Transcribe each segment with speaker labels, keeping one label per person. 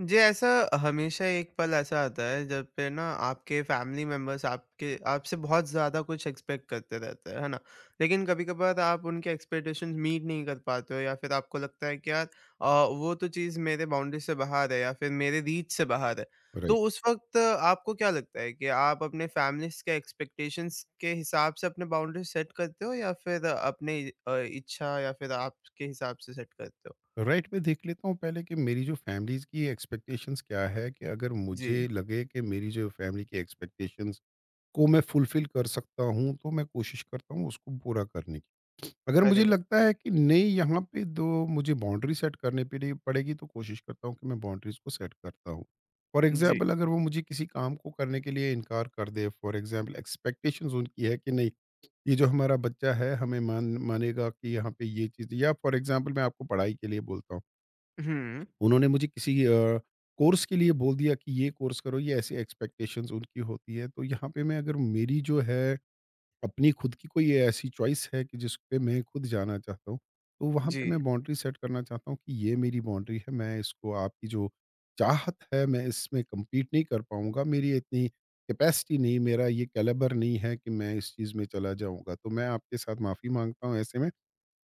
Speaker 1: जी, ऐसा हमेशा एक पल ऐसा आता है जब पे ना आपके फैमिली मेंबर्स आपके आपसे बहुत ज़्यादा कुछ एक्सपेक्ट करते रहते हैं, है ना? लेकिन कभी-कभार आप उनके एक्सपेक्टेशंस मीट नहीं कर पाते हो या फिर आपको लगता है कि यार अ, वो तो चीज़ मेरे बाउंड्री से बाहर है या फिर मेरे रीच से बाहर है। तो
Speaker 2: राइट
Speaker 1: उस वक़्त आपको क्या लगता है कि आप अपने फैमिलीज़ के एक्सपेक्टेशंस के हिसाब से अपने बाउंड्री सेट करते हो या फिर अपने इच्छा या फिर आपके हिसाब से सेट करते हो?
Speaker 2: राइट मैं देख लेता हूँ पहले कि मेरी जो फैमिलीज की एक्सपेक्टेशंस क्या है। कि अगर मुझे
Speaker 1: जी,
Speaker 2: लगे कि मेरी जो फैमिली की एक्सपेक्टेशंस को मैं फुलफिल कर सकता हूँ तो मैं कोशिश करता हूँ उसको पूरा करने की। अगर
Speaker 1: अरे
Speaker 2: मुझे
Speaker 1: वाह!
Speaker 2: लगता है कि नहीं यहाँ पे दो मुझे बाउंड्री सेट करने पड़ेगी तो कोशिश करता हूँ कि मैं बाउंड्रीज को सेट करता हूँ। फॉर
Speaker 1: जी,
Speaker 2: एग्जाम्पल अगर वो मुझे किसी काम को करने के लिए इनकार कर दे, फॉर एग्जाम्पल एक्सपेक्टेशंस उनकी है कि नहीं ये जो हमारा बच्चा है हमें मानेगा कि यहाँ पे ये चीज़, या फॉर एग्जाम्पल मैं आपको पढ़ाई के लिए बोलता हूँ,
Speaker 1: हुँ।
Speaker 2: उन्होंने मुझे किसी कोर्स के लिए बोल दिया कि ये कोर्स करो, ये ऐसी एक्सपेक्टेशंस उनकी होती है। तो यहाँ पे मैं अगर मेरी जो है अपनी खुद की कोई ऐसी चॉइस है कि जिस पे मैं खुद जाना चाहता हूँ, तो वहाँ
Speaker 1: जी।
Speaker 2: पे मैं बाउंड्री सेट करना चाहता हूँ कि ये मेरी बाउंड्री है, मैं इसको आपकी जो चाहत है, मैं इसमें कम्पीट नहीं कर पाऊँगा, मेरी इतनी कैपेसिटी नहीं, मेरा ये कैलिबर नहीं है कि मैं इस चीज़ में चला जाऊँगा। तो मैं आपके साथ माफ़ी माँगता हूँ ऐसे में।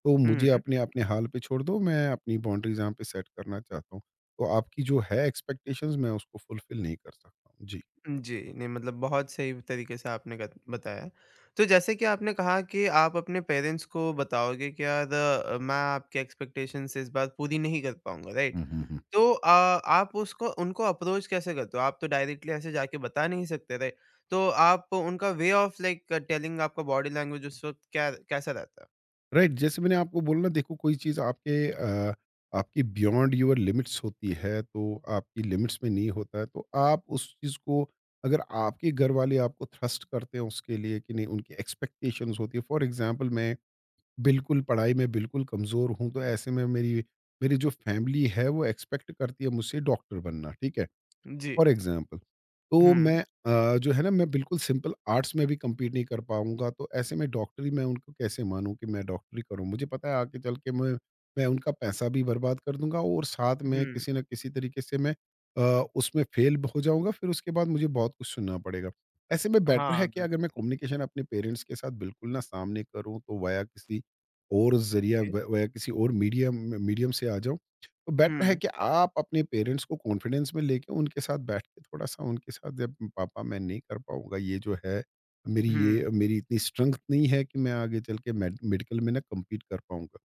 Speaker 2: तो
Speaker 1: हुँ,
Speaker 2: मुझे
Speaker 1: हुँ।
Speaker 2: अपने अपने हाल पे छोड़ दो, मैं अपनी बाउंड्रीज़ यहाँ पे सेट करना चाहता हूँ। तो आपकी जो है एक्सपेक्टेशंस मैं उसको फुलफ़िल नहीं कर सकता हूँ। जी।
Speaker 1: जी, नहीं मतलब बहुत सही तरीके से आपने गत बताया। तो जैसे कि आपने कहा कि आप अपने पेरेंट्स को बताओगे कि यार मैं आपके एक्सपेक्टेशंस इस बार पूरी नहीं कर पाऊँगा, राइट?
Speaker 2: हुँ, हुँ, हुँ।
Speaker 1: तो आप उसको उनको अप्रोच कैसे करते हो? आप तो डायरेक्टली ऐसे जाके बता नहीं सकते, राइट? तो आप उनका वे ऑफ लाइक टेलिंग आपका बॉडी लैंग्वेज उस वक़्त क्या कैसा रहता है?
Speaker 2: राइट, जैसे मैंने आपको बोला ना, देखो कोई चीज़ आपके आपकी बियॉन्ड योर लिमिट्स होती है, तो आपकी लिमिट्स में नहीं होता है, तो आप उस चीज़ को अगर आपके घर वाले आपको थ्रस्ट करते हैं उसके लिए, कि नहीं उनकी एक्सपेक्टेशंस होती है। फॉर एग्ज़ाम्पल मैं बिल्कुल, पढ़ाई में बिल्कुल कमज़ोर हूँ, तो ऐसे में मेरी मेरी जो फैमिली है, वो एक्सपेक्ट करती है मुझसे डॉक्टर बनना, ठीक है?
Speaker 1: जी।
Speaker 2: फॉर एग्जाम्पल तो
Speaker 1: हुँ,
Speaker 2: मैं जो है ना मैं बिल्कुल सिंपल आर्ट्स में भी कम्पीट नहीं कर पाऊँगा, तो ऐसे में डॉक्टरी मैं उनको कैसे मानूँ कि मैं डॉक्टरी करूँ? मुझे पता है आगे चल के मैं उनका पैसा भी बर्बाद कर दूँगा और साथ में
Speaker 1: हुँ।
Speaker 2: किसी न किसी तरीके से मैं उसमें फेल हो जाऊँगा, फिर उसके बाद मुझे बहुत कुछ सुनना पड़ेगा। ऐसे में बेटर है
Speaker 1: हाँ,
Speaker 2: कि अगर
Speaker 1: बिल्कुल।
Speaker 2: मैं कम्युनिकेशन अपने पेरेंट्स के साथ बिल्कुल ना सामने करूँ, तो वाया किसी और ज़रिया
Speaker 1: जी।
Speaker 2: व वाया किसी और मीडियम मीडियम से आ जाऊँ। तो बेटर है
Speaker 1: हुँ,
Speaker 2: कि आप अपने पेरेंट्स को कॉन्फिडेंस में लेके उनके साथ बैठ के थोड़ा-सा उनके साथ जब पापा मैं नहीं कर पाऊँगा, ये जो है मेरी
Speaker 1: हुँ।
Speaker 2: ये मेरी इतनी स्ट्रेंथ नहीं है कि मैं आगे चल के मेडिकल में ना कम्पीट कर पाऊँगा।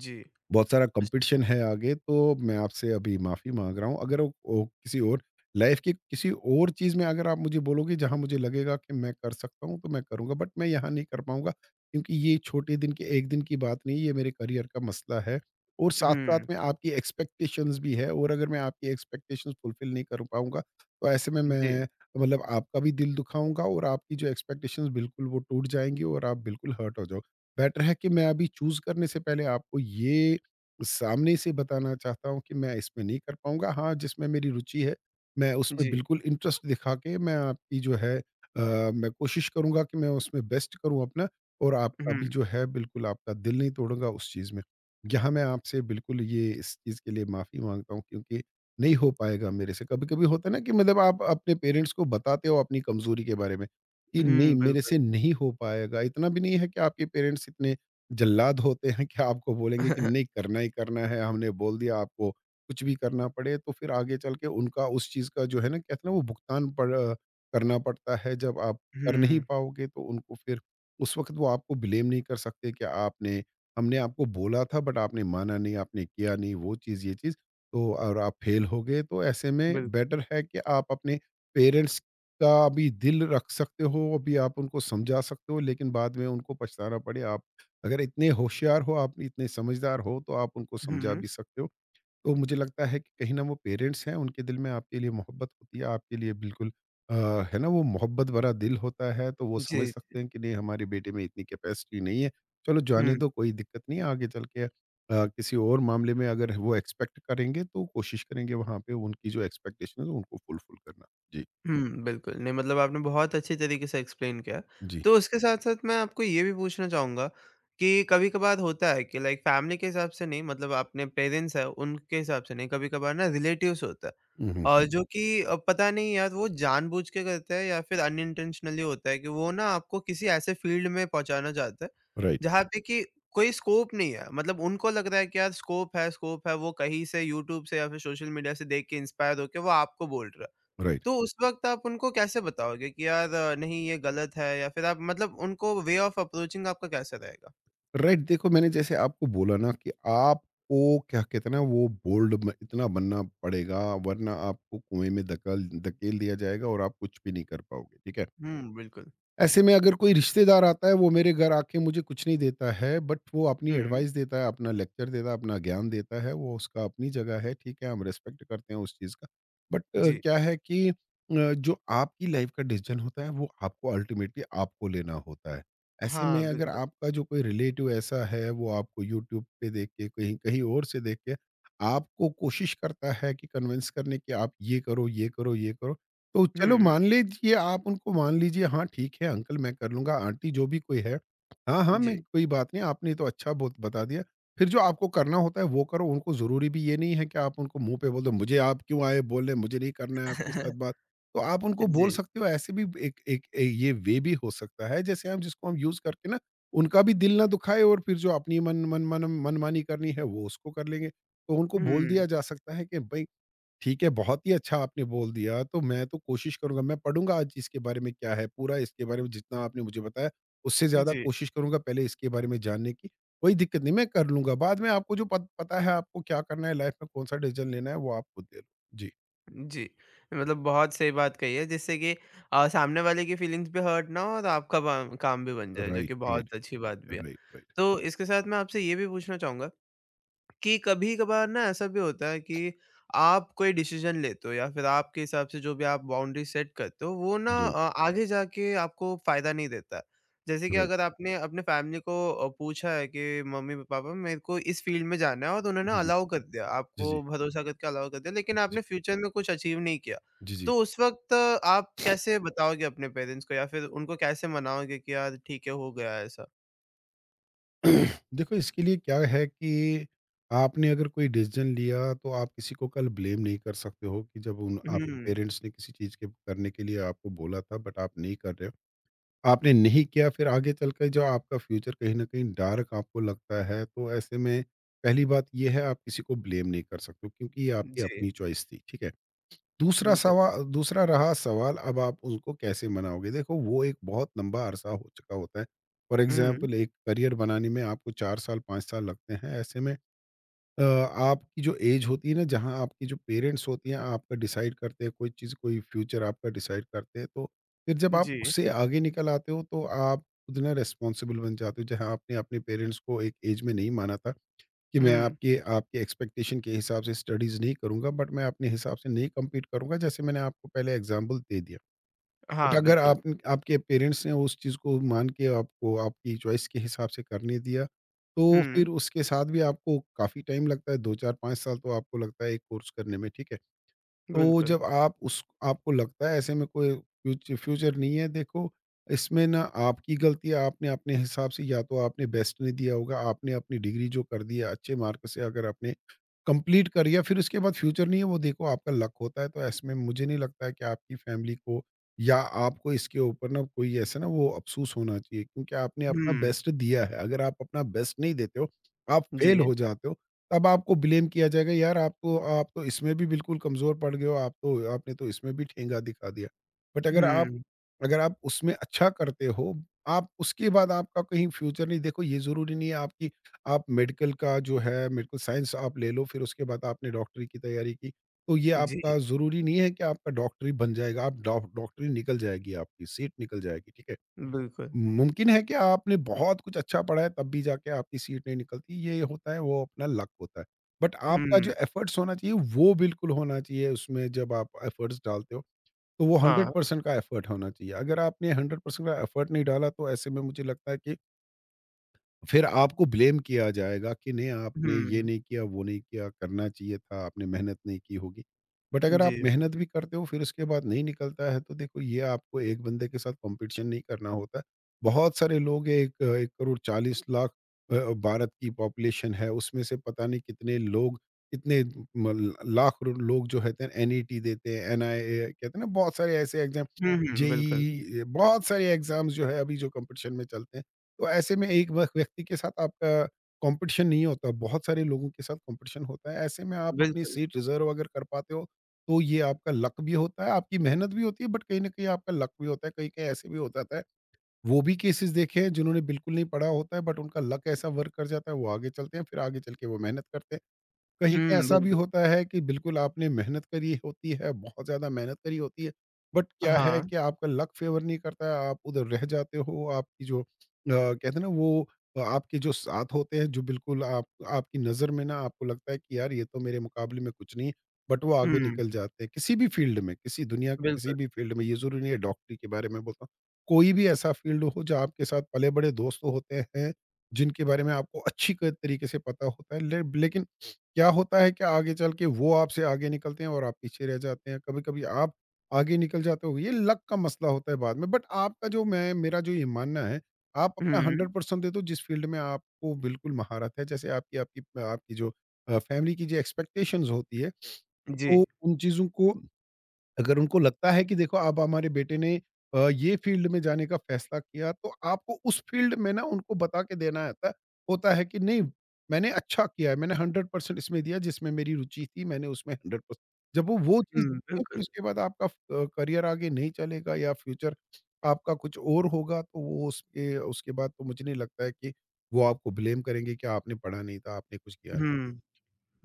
Speaker 1: जी।
Speaker 2: बहुत सारा कंपटीशन है आगे, तो मैं आपसे अभी माफ़ी माँग रहा हूँ। अगर वो किसी और लाइफ़ की किसी और चीज़ में अगर आप मुझे बोलोगे जहाँ मुझे लगेगा कि मैं कर सकता हूँ तो मैं करूँगा, बट मैं यहाँ नहीं कर पाऊँगा, क्योंकि ये छोटे दिन के 1 दिन की बात नहीं है, ये मेरे करियर का मसला है और साथ-साथ
Speaker 1: हुँ,
Speaker 2: में आपकी एक्सपेक्टेशंस भी है और अगर मैं आपकी एक्सपेक्टेशंस फुलफ़िल नहीं कर पाऊँगा, तो ऐसे में
Speaker 1: जी,
Speaker 2: मैं मतलब आपका भी दिल दुखाऊँगा और आपकी जो एक्सपेक्टेशंस बिल्कुल वो टूट जाएँगी और आप बिल्कुल हर्ट हो जाओ। बेटर है कि मैं अभी चूज़ करने से पहले आपको ये सामने से बताना चाहता हूँ कि मैं इसमें नहीं कर पाऊँगा। हाँ, जिसमें मेरी रुचि है, मैं उसमें
Speaker 1: जी।
Speaker 2: बिल्कुल इंटरेस्ट दिखा के मैं आपकी जो है मैं कोशिश करूँगा कि मैं उसमें बेस्ट करूँ अपना, और आपका भी
Speaker 1: हुँ।
Speaker 2: जो है बिल्कुल आपका दिल नहीं तोड़ूँगा उस चीज़ में। यहाँ मैं आपसे बिल्कुल ये इस चीज़ के लिए माफ़ी माँगता हूँ क्योंकि नहीं हो पाएगा मेरे से। कभी-कभी होता है ना कि मतलब आप अपने पेरेंट्स को बताते हो अपनी कमज़ोरी के बारे में, कि नहीं
Speaker 1: हुँ,
Speaker 2: मेरे से
Speaker 1: बिल्कुल।
Speaker 2: नहीं हो पाएगा। इतना भी नहीं है कि आपके पेरेंट्स इतने जल्लाद होते हैं कि आपको बोलेंगे कि नहीं करना ही करना है, हमने बोल दिया आपको कुछ भी करना पड़े, तो फिर आगे चल के उनका उस चीज़ का जो है ना कहते हैं ना वो भुगतान पड़ करना पड़ता है। जब आप कर नहीं
Speaker 1: हुँ,
Speaker 2: पाओगे तो उनको फिर उस वक्त वो आपको ब्लेम नहीं कर सकते कि आपने हमने आपको बोला था बट आपने माना नहीं, आपने किया नहीं वो चीज़, ये चीज़, तो और आप फेल हो गए, तो ऐसे में
Speaker 1: बिल्कुल।
Speaker 2: बेटर है कि आप अपने पेरेंट्स का भी दिल रख सकते हो, अभी आप उनको समझा सकते हो, लेकिन बाद में उनको पछताना पड़े। अगर इतने होशियार हो, आप इतने समझदार हो, तो आप उनको समझा
Speaker 1: हुँ,
Speaker 2: भी सकते हो। तो मुझे लगता है कि कहीं न वो पेरेंट्स हैं, उनके दिल में आपके लिए मोहब्बत होती है, आपके लिए बिल्कुल अ, है ना, वो मोहब्बत भरा दिल होता है, तो वो समझ
Speaker 1: जी। जी।
Speaker 2: सकते हैं कि नहीं, हमारे बेटे में इतनी कैपेसिटी नहीं है। चलो जाने
Speaker 1: हुँ,
Speaker 2: दो, कोई दिक्कत नहीं है, आगे चल के किसी और मामले में अगर वो एक्सपेक्ट करेंगे, तो कोशिश करेंगे वहाँ पे उनकी जो एक्सपेक्टेशन है, उनको फुलफिल करना। जी,
Speaker 1: हुँ, बिल्कुल। नहीं मतलब आपने बहुत अच्छे तरीके से एक्सप्लेन किया।
Speaker 2: जी।
Speaker 1: तो उसके साथ-साथ मैं आपको ये भी पूछना चाहूँगा कि कभी-कभार होता है कि लाइक फैमिली के हिसाब से नहीं मतलब अपने पेरेंट्स हैं, उनके हिसाब से नहीं, कभी-कभार ना रिलेटिव्स होता है।
Speaker 2: हुँ, हुँ, हुँ।
Speaker 1: जो कि पता नहीं यार वो जानबूझ के करता है या फिर अनइंटेंशनली होता है कि वो ना आपको किसी ऐसे फील्ड में पहुँचाना चाहता है,
Speaker 2: राइट,
Speaker 1: जहाँ पे कि कोई स्कोप नहीं है। मतलब उनको लग रहा है कि यार स्कोप है, वो कहीं से यूट्यूब से या फिर सोशल मीडिया से देख के इंस्पायर होके वो आपको बोल रहा है।
Speaker 2: राइट।
Speaker 1: तो उस वक़्त आप उनको कैसे बताओगे कि यार नहीं ये गलत है या फिर आप मतलब उनको वे ऑफ अप्रोचिंग आपका कैसा रहेगा?
Speaker 2: राइट, देखो मैंने जैसे आपको बोला ना कि आपको क्या कहते हैं ना वो बोल्ड इतना बनना पड़ेगा, वरना आपको कुएं में धकेल धकेल दिया जाएगा और आप कुछ भी नहीं कर पाओगे, ठीक है?
Speaker 1: हुँ, बिल्कुल।
Speaker 2: ऐसे में अगर कोई रिश्तेदार आता है, वो मेरे घर आके मुझे कुछ नहीं देता है बट वो अपनी
Speaker 1: हुँ,
Speaker 2: एडवाइस देता है, अपना लेक्चर देता है, अपना ज्ञान देता है, वो उसका अपनी जगह है, ठीक है, हम रिस्पेक्ट करते हैं उस चीज़ का। बट
Speaker 1: जी।
Speaker 2: क्या है कि जो आपकी लाइफ का डिसीजन होता है वो आपको अल्टीमेटली आपको लेना होता है। ऐसे
Speaker 1: हाँ,
Speaker 2: में अगर
Speaker 1: बिल्कुल।
Speaker 2: आपका जो कोई रिलेटिव ऐसा है वो आपको यूट्यूब पे देख के कहीं कहीं और से देख के आपको कोशिश करता है कि कन्विंस करने की, आप ये करो, ये करो, ये करो, तो चलो
Speaker 1: हुँ,
Speaker 2: मान लीजिए आप उनको मान लीजिए हाँ ठीक है अंकल मैं कर लूँगा, आंटी जो भी कोई है। हाँ, हाँ, मैं
Speaker 1: जी।
Speaker 2: कोई बात नहीं, आपने तो अच्छा बहुत बता दिया। फिर जो आपको करना होता है वो करो, उनको ज़रूरी भी ये नहीं है कि आप उनको मुँह पे बोल दो, मुझे आप क्यों आए बोलने, मुझे नहीं करना है आपके साथ बात। तो आप उनको
Speaker 1: जी।
Speaker 2: बोल सकते हो ऐसे भी एक एक ये वे भी हो सकता है जैसे हम जिसको हम यूज़ करके ना उनका भी दिल ना दुखाए और फिर जो अपनी मन मन मन मनमानी करनी है वो उसको कर लेंगे। तो उनको बोल
Speaker 1: हुँ,
Speaker 2: दिया जा सकता है कि भई ठीक है, बहुत ही अच्छा आपने बोल दिया, तो मैं तो कोशिश करूँगा, मैं पढ़ूँगा आज इसके बारे में क्या है, पूरा इसके बारे में जितना आपने मुझे बताया, उससे ज़्यादा
Speaker 1: जी।
Speaker 2: कोशिश करूँगा पहले इसके बारे में जानने की। कोई दिक्कत नहीं, मैं कर लूँगा, बाद में आपको जो पत पता है आपको क्या करना है लाइफ़ में, कौन-सा डिसीज़न लेना है, वो आप खुद ले लो। जी,
Speaker 1: जी, मतलब बहुत सही बात कही है जिससे कि सामने वाले की फीलिंग्स भी हर्ट ना हो और आपका बाम काम भी बन जाए, जो
Speaker 2: राइट,
Speaker 1: कि हुँ।
Speaker 2: राइट,
Speaker 1: बहुत अच्छी बात भी है।
Speaker 2: राइट, राइट,
Speaker 1: तो इसके साथ मैं आपसे ये भी पूछना चाहूँगा कि कभी-कभार ना ऐसा भी होता है कि आप कोई डिसीज़न लेते हो या फिर आपके हिसाब से जो भी आप बाउंड्री सेट करते हो वो ना
Speaker 2: राइट,
Speaker 1: आगे जाके आपको फ़ायदा नहीं देता है। जैसे कि
Speaker 2: राइट।
Speaker 1: अगर आपने अपने फैमिली को पूछा है कि मम्मी-पापा मेरे को इस फ़ील्ड में जाना है और तो उन्होंने
Speaker 2: जी, जी।
Speaker 1: अलाउ कर दिया,
Speaker 2: जी, जी।
Speaker 1: आपको भरोसा करके अलाउ कर दिया लेकिन
Speaker 2: जी, जी।
Speaker 1: आपने फ्यूचर में कुछ अचीव नहीं किया।
Speaker 2: जी, जी।
Speaker 1: तो उस वक़्त आप कैसे बताओगे अपने पेरेंट्स को या फिर उनको कैसे मनाओगे कि यार ठीक है हो गया ऐसा?
Speaker 2: देखो इसके लिए क्या है कि आपने अगर कोई डिसीजन लिया तो आप किसी को कल ब्लेम नहीं कर सकते हो कि जब उन आपके
Speaker 1: हुँ।
Speaker 2: पेरेंट्स ने किसी चीज़ के करने के लिए आपको बोला था बट आप नहीं कर रहे हो, आपने नहीं किया, फिर आगे चल कर जो आपका फ्यूचर कहीं ना कहीं डार्क आपको लगता है, तो ऐसे में पहली बात यह है आप किसी को ब्लेम नहीं कर सकते हो, क्योंकि ये आपकी
Speaker 1: जी,
Speaker 2: अपनी चॉइस थी, ठीक है? दूसरा
Speaker 1: बिल्कुल।
Speaker 2: सवा दूसरा रहा सवाल, अब आप उसको कैसे मनाओगे? देखो वो एक बहुत लंबा अरसा हो चुका होता है। फॉर
Speaker 1: हुँ,
Speaker 2: एग्ज़ाम्पल एक करियर बनाने में आपको 4 साल, 5 साल लगते हैं। ऐसे में आपकी जो एज होती है ना जहाँ आपके जो पेरेंट्स होते हैं आपका डिसाइड करते हैं कोई चीज़, कोई फ्यूचर आपका डिसाइड करते हैं। तो फिर जब आप
Speaker 1: जी।
Speaker 2: उससे आगे निकल आते हो तो आप खुद ना रिस्पॉन्सिबल बन जाते हो जहाँ आपने अपने पेरेंट्स को एक एज में नहीं माना था। कि मैं
Speaker 1: हुँ।
Speaker 2: आपके आपके एक्सपेक्टेशन के हिसाब से स्टडीज़ नहीं करूँगा बट मैं अपने हिसाब से नहीं कम्पीट करूँगा, जैसे मैंने आपको पहले एग्ज़ाम्पल दे दिया। बट
Speaker 1: हाँ,
Speaker 2: अगर
Speaker 1: बिल्कुल।
Speaker 2: आप आपके पेरेंट्स ने उस चीज़ को मान के आपको आपकी चॉइस के हिसाब से करने दिया, तो
Speaker 1: हुँ,
Speaker 2: फिर उसके साथ भी आपको काफ़ी टाइम लगता है 2, 4, 5 साल तो आपको लगता है एक कोर्स करने में, ठीक है? तो
Speaker 1: बिल्कुल।
Speaker 2: जब आप उस आपको लगता है ऐसे में कोई फ्यूचर नहीं है देखो, इसमें ना आपकी गलती है, आपने अपने हिसाब से या तो आपने बेस्ट नहीं दिया होगा, आपने अपनी डिग्री जो कर दी है अच्छे मार्क से अगर आपने कंप्लीट करी है, फिर उसके बाद फ्यूचर नहीं है वो देखो आपका लक होता है। तो ऐसे में मुझे नहीं लगता है कि आपकी फैमिली को या आपको इसके ऊपर ना कोई ऐसा ना वो अफ़सोस होना चाहिए क्योंकि आपने अपना
Speaker 1: हुँ,
Speaker 2: बेस्ट दिया है। अगर आप अपना बेस्ट नहीं देते हो, आप फेल
Speaker 1: जी।
Speaker 2: हो जाते हो, तब आपको ब्लेम किया जाएगा यार आप तो इसमें भी बिल्कुल कमज़ोर पड़ गए हो, आप तो आपने तो इसमें भी ठेंगा दिखा दिया। बट अगर आप
Speaker 1: हुँ,
Speaker 2: अगर आप उसमें अच्छा करते हो, आप उसके बाद आपका कहीं फ्यूचर नहीं देखो ये ज़रूरी नहीं है आपकी। आप मेडिकल का जो है मेडिकल साइंस आप ले लो, फिर उसके बाद आपने डॉक्टरी की तैयारी की, तो ये आपका
Speaker 1: जी,
Speaker 2: ज़रूरी नहीं है कि आपका डॉक्टरी बन जाएगा, आप डॉ डॉक्टरी निकल जाएगी आपकी, सीट निकल जाएगी, ठीक है?
Speaker 1: बिल्कुल।
Speaker 2: मुमकिन है कि आपने बहुत कुछ अच्छा पढ़ा है तब भी जाके आपकी सीट नहीं निकलती, ये होता है वो अपना लक होता है। बट आपका
Speaker 1: हुँ,
Speaker 2: जो एफर्ट्स होना चाहिए वो बिल्कुल होना चाहिए, उसमें जब आप एफर्ट्स डालते हो तो वो हंड्रेड
Speaker 1: हाँ।
Speaker 2: परसेंट का एफर्ट होना चाहिए। अगर आपने हंड्रेड परसेंट का एफर्ट नहीं डाला तो ऐसे में मुझे लगता है कि फिर आपको ब्लेम किया जाएगा कि नहीं, आपने ये
Speaker 1: हुँ,
Speaker 2: नहीं किया, वो नहीं किया, करना चाहिए था, आपने मेहनत नहीं की होगी। बट अगर
Speaker 1: जी।
Speaker 2: आप मेहनत भी करते हो फिर उसके बाद नहीं निकलता है, तो देखो, ये आपको एक बंदे के साथ कॉम्पिटिशन नहीं करना होता है। बहुत सारे लोग हैं, एक 1,40,00,000 भारत की पॉपुलेशन है, उसमें से पता नहीं कितने लोग, कितने म लाख लोग जो होते हैं एनईटी देते हैं, एनआईए कहते हैं ना, बहुत सारे ऐसे एग्ज़ाम,
Speaker 1: हुँ, हुँ, बिल्कुल,
Speaker 2: जेईई, बहुत सारे एग्ज़ाम्स जो है अभी जो कॉम्पिटिशन में चलते हैं। तो ऐसे में एक वक व्यक्ति के साथ आपका कॉम्पिटिशन नहीं होता, बहुत सारे लोगों के साथ कॉम्पिटिशन होता है। ऐसे में आप अपनी
Speaker 1: बिल्कुल।
Speaker 2: सीट रिज़र्व अगर कर पाते हो, तो ये आपका लक भी होता है, आपकी मेहनत भी होती है, बट कहीं न कहीं आपका लक भी होता है, कहीं-कहीं ऐसे भी हो जाता है। वो भी केसेस देखे हैं जिन्होंने बिल्कुल नहीं पढ़ा होता है, बट उनका लक ऐसा वर्क कर जाता है, वो आगे चलते हैं, फिर आगे चल के वो मेहनत करते हैं। कहीं कहीं
Speaker 1: हुँ,
Speaker 2: ऐसा भी
Speaker 1: बिल्कुल।
Speaker 2: होता है कि बिल्कुल आपने मेहनत करी होती है, बहुत ज़्यादा मेहनत करी होती है, बट क्या है
Speaker 1: हाँ,
Speaker 2: कि आपका लक फ़ेवर नहीं करता है, आप उधर रह जाते हो। आपकी जो कहते हैं ना, वो आपके जो साथ होते हैं, जो बिल्कुल आप आपकी नज़र में ना आपको लगता है कि यार, ये तो मेरे मुकाबले में कुछ नहीं, बट वो आगे
Speaker 1: हुँ,
Speaker 2: निकल जाते हैं। किसी भी फ़ील्ड में, किसी दुनिया के किसी
Speaker 1: बिल्कुल।
Speaker 2: भी फ़ील्ड में, ये ज़रूरी नहीं है, डॉक्टरी के बारे में बोलता हूँ, कोई भी ऐसा फ़ील्ड हो, जो आपके साथ पले-बढ़े दोस्त होते हैं, जिनके बारे में आपको अच्छी क तरीके से पता होता है, ले लेकिन क्या होता है कि आगे चल के वो आपसे आगे निकलते हैं और आप पीछे रह जाते हैं। कभी-कभी आप आगे निकल जाते हो, ये लक का मसला होता है बाद में। बट आपका जो मैं मेरा जो ये मानना है, आप अपना
Speaker 1: हुँ,
Speaker 2: 100% दे दो जिस फ़ील्ड में आपको बिल्कुल महारत है। जैसे आपकी आपकी आपकी जो फ़ैमिली की जो एक्सपेक्टेशंस होती है,
Speaker 1: जी।
Speaker 2: तो उन चीज़ों को, अगर उनको लगता है कि देखो अब हमारे बेटे ने ये फ़ील्ड में जाने का फ़ैसला किया, तो आपको उस फ़ील्ड में ना उनको बता के देना होता होता है कि नहीं, मैंने अच्छा किया है, मैंने 100% इसमें दिया जिसमें मेरी रुचि थी, मैंने उसमें 100% जब वो चीज़
Speaker 1: हुँ,
Speaker 2: है, फिर
Speaker 1: बिल्कुल।
Speaker 2: उसके बाद आपका फ करियर आगे नहीं चलेगा या फ्यूचर आपका कुछ और होगा, तो वो उसके उसके बाद तो मुझे नहीं लगता है कि वो आपको ब्लेम करेंगे कि आपने पढ़ा नहीं था, आपने कुछ किया
Speaker 1: हुँ।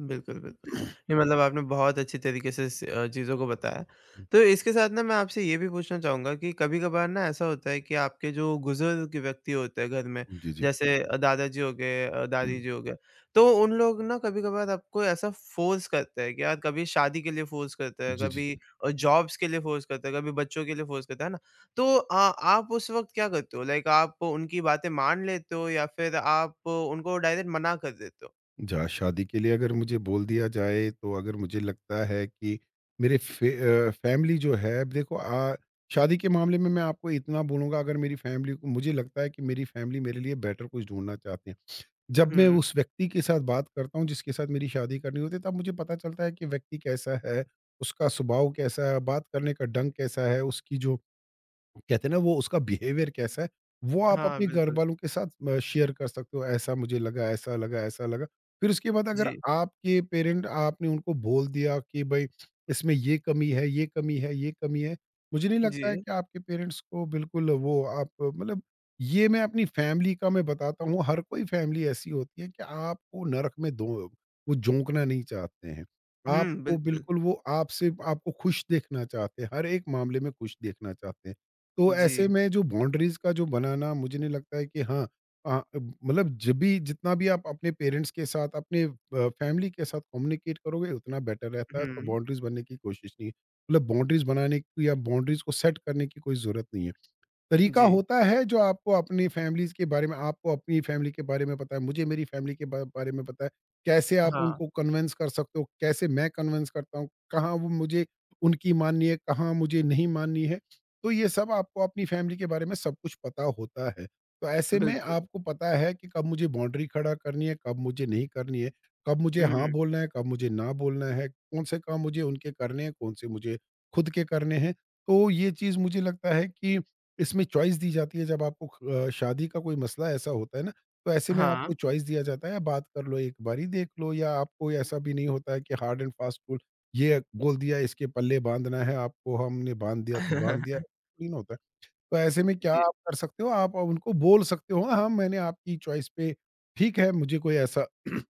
Speaker 1: बिल्कुल, बिल्कुल।
Speaker 2: नहीं।
Speaker 1: नहीं मतलब आपने बहुत अच्छी तरीके से चीज़ों को बताया।
Speaker 2: जी,
Speaker 1: तो इसके साथ ना मैं आपसे ये भी पूछना चाहूँगा कि कभी-कभार ना ऐसा होता है कि आपके जो बुजुर्ग व्यक्ति होते हैं घर में,
Speaker 2: जी।
Speaker 1: जैसे दादाजी हो गए
Speaker 2: हुँ।
Speaker 1: दादी जी हो गए, तो उन लोग ना कभी-कभार आपको ऐसा फ़ोर्स करते हैं कि यार कभी शादी के लिए फ़ोर्स करते हैं,
Speaker 2: जी, जी।
Speaker 1: कभी जॉब्स के लिए फ़ोर्स करते हैं, कभी बच्चों के लिए फ़ोर्स करते हैं, है ना? तो आप उस वक़्त क्या करते हो? लाइक आप उनकी बातें मान लेते हो या फिर आप उनको डायरेक्ट मना कर देते हो?
Speaker 2: जहाँ शादी के लिए अगर मुझे बोल दिया जाए, तो अगर मुझे लगता है कि मेरे फे, फैमिली जो है, अब देखो, शादी के मामले में मैं आपको इतना बोलूँगा, अगर मेरी फैमिली को मुझे लगता है कि मेरी फैमिली मेरे लिए बेटर कुछ ढूंढना चाहते हैं। जब मैं
Speaker 1: हुँ।
Speaker 2: उस व्यक्ति के साथ बात करता हूँ जिसके साथ मेरी शादी करनी होती है, तब मुझे पता चलता है कि व्यक्ति कैसा है, उसका स्वभाव कैसा है, बात करने का ढंग कैसा है, उसकी जो कहते हैं ना वो उसका बिहेवियर कैसा है, वो आप
Speaker 1: हाँ,
Speaker 2: अपने
Speaker 1: बिल्कुल।
Speaker 2: घरवालों के साथ शेयर कर सकते हो, ऐसा मुझे लगा, ऐसा लगा, ऐसा लगा। फिर उसके बाद अगर
Speaker 1: जी,
Speaker 2: आपके पेरेंट, आपने उनको बोल दिया कि भई इसमें ये कमी है, ये कमी है, ये कमी है, मुझे नहीं लगता है
Speaker 1: जी।
Speaker 2: कि आपके पेरेंट्स को बिल्कुल वो, आप मतलब, ये मैं अपनी फैमिली का मैं बताता हूँ, हर कोई फैमिली ऐसी होती है कि आपको नरक में दो वो झोंकना नहीं चाहते हैं।
Speaker 1: हुँ,
Speaker 2: आपको
Speaker 1: बिल्कुल।
Speaker 2: बिल्कुल वो आपसे आपको खुश देखना चाहते हैं, हर एक मामले में खुश देखना चाहते हैं। तो ऐसे
Speaker 1: जी।
Speaker 2: में जो बाउंड्रीज़ का जो बनाना, मुझे नहीं लगता है कि हाँ, मतलब जब भी जितना भी आप अपने पेरेंट्स के साथ, अपने फैमिली के साथ कम्युनिकेट करोगे उतना बेटर रहता है, तो
Speaker 1: हुँ,
Speaker 2: बाउंड्रीज़ बनने की कोशिश नहीं है। मतलब बाउंड्रीज़ बनाने की या बाउंड्रीज़ को सेट करने की कोई ज़रूरत नहीं है। तरीका
Speaker 1: जी।
Speaker 2: होता है जो आपको अपनी फैमिलीज़ के बारे में, आपको अपनी फैमिली के बारे में पता है, मुझे मेरी फैमिली के बा बारे में पता है। कैसे आप
Speaker 1: हाँ,
Speaker 2: उनको कन्विन्स कर सकते हो, कैसे मैं कन्विन्स करता हूँ, कहाँ वो मुझे उनकी माननी है, कहाँ मुझे नहीं माननी है। तो ये सब आपको अपनी फैमिली के बारे में सब कुछ पता होता है। तो ऐसे में
Speaker 1: बिल्कुल।
Speaker 2: आपको पता है कि कब मुझे बाउंड्री खड़ा करनी है, कब मुझे नहीं करनी है, कब मुझे हाँ
Speaker 1: हुँ,
Speaker 2: बोलना है, कब मुझे ना बोलना है, कौन से काम मुझे उनके करने हैं, कौन से मुझे खुद के करने हैं। तो ये चीज़ मुझे लगता है कि इसमें चॉइस दी जाती है, जब आपको शादी का कोई मसला ऐसा होता है ना, तो ऐसे में आपको
Speaker 1: हाँ।
Speaker 2: चॉइस दिया जाता है, बात कर लो, एक बारी देख लो, या आपको ऐसा भी नहीं होता है कि हार्ड एंड फास्ट रूल, ये बोल दिया, इसके पल्ले बाँधना है आपको, हमने बाँध दिया तो बाँध दिया, थोड़ी ना होता है। तो ऐसे में क्या
Speaker 1: जी।
Speaker 2: आप कर सकते हो, आप उनको बोल सकते हो, हाँ, मैंने आपकी चॉइस पे ठीक है, मुझे कोई ऐसा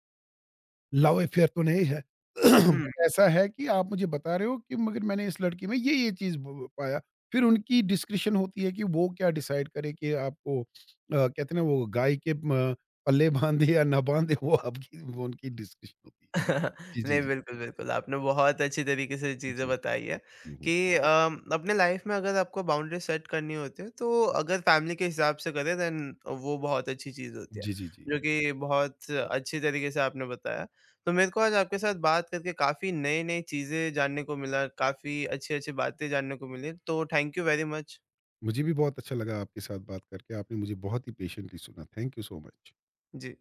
Speaker 2: लव अफेयर तो नहीं है,
Speaker 1: हुँ।
Speaker 2: बट ऐसा है कि आप मुझे बता रहे हो कि मगर मैंने इस लड़की में ये चीज़ ब पाया। फिर उनकी डिस्कशन होती है कि वो क्या डिसाइड करे कि आपको कहते हैं ना वो गाय के म पल्ले बाँधे या ना बाँधे, वो आपकी, वो उनकी डिस्कशन होती है। जी, जी,
Speaker 1: नहीं,
Speaker 2: जी।
Speaker 1: बिल्कुल, बिल्कुल। आपने बहुत अच्छी तरीके से चीज़ें
Speaker 2: जी।
Speaker 1: बताई है
Speaker 2: हुँ, हुँ।
Speaker 1: कि अपने लाइफ में अगर आपको बाउंड्री सेट करनी होती है तो अगर फैमिली के हिसाब से करें देन वो बहुत अच्छी चीज़ होती है,
Speaker 2: जी, जी, जी।
Speaker 1: जो कि बहुत अच्छी तरीके से आपने बताया। तो मेरे को आज आपके साथ बात करके काफ़ी नई-नई चीज़ें जानने को मिला, काफ़ी अच्छी-अच्छी बातें जानने को मिली, तो थैंक यू वेरी मच।
Speaker 2: मुझे भी बहुत अच्छा लगा आपके साथ बात करके। आपने मुझे बहुत ही पेशेंटली सुना। Thank you so much.
Speaker 1: Ji.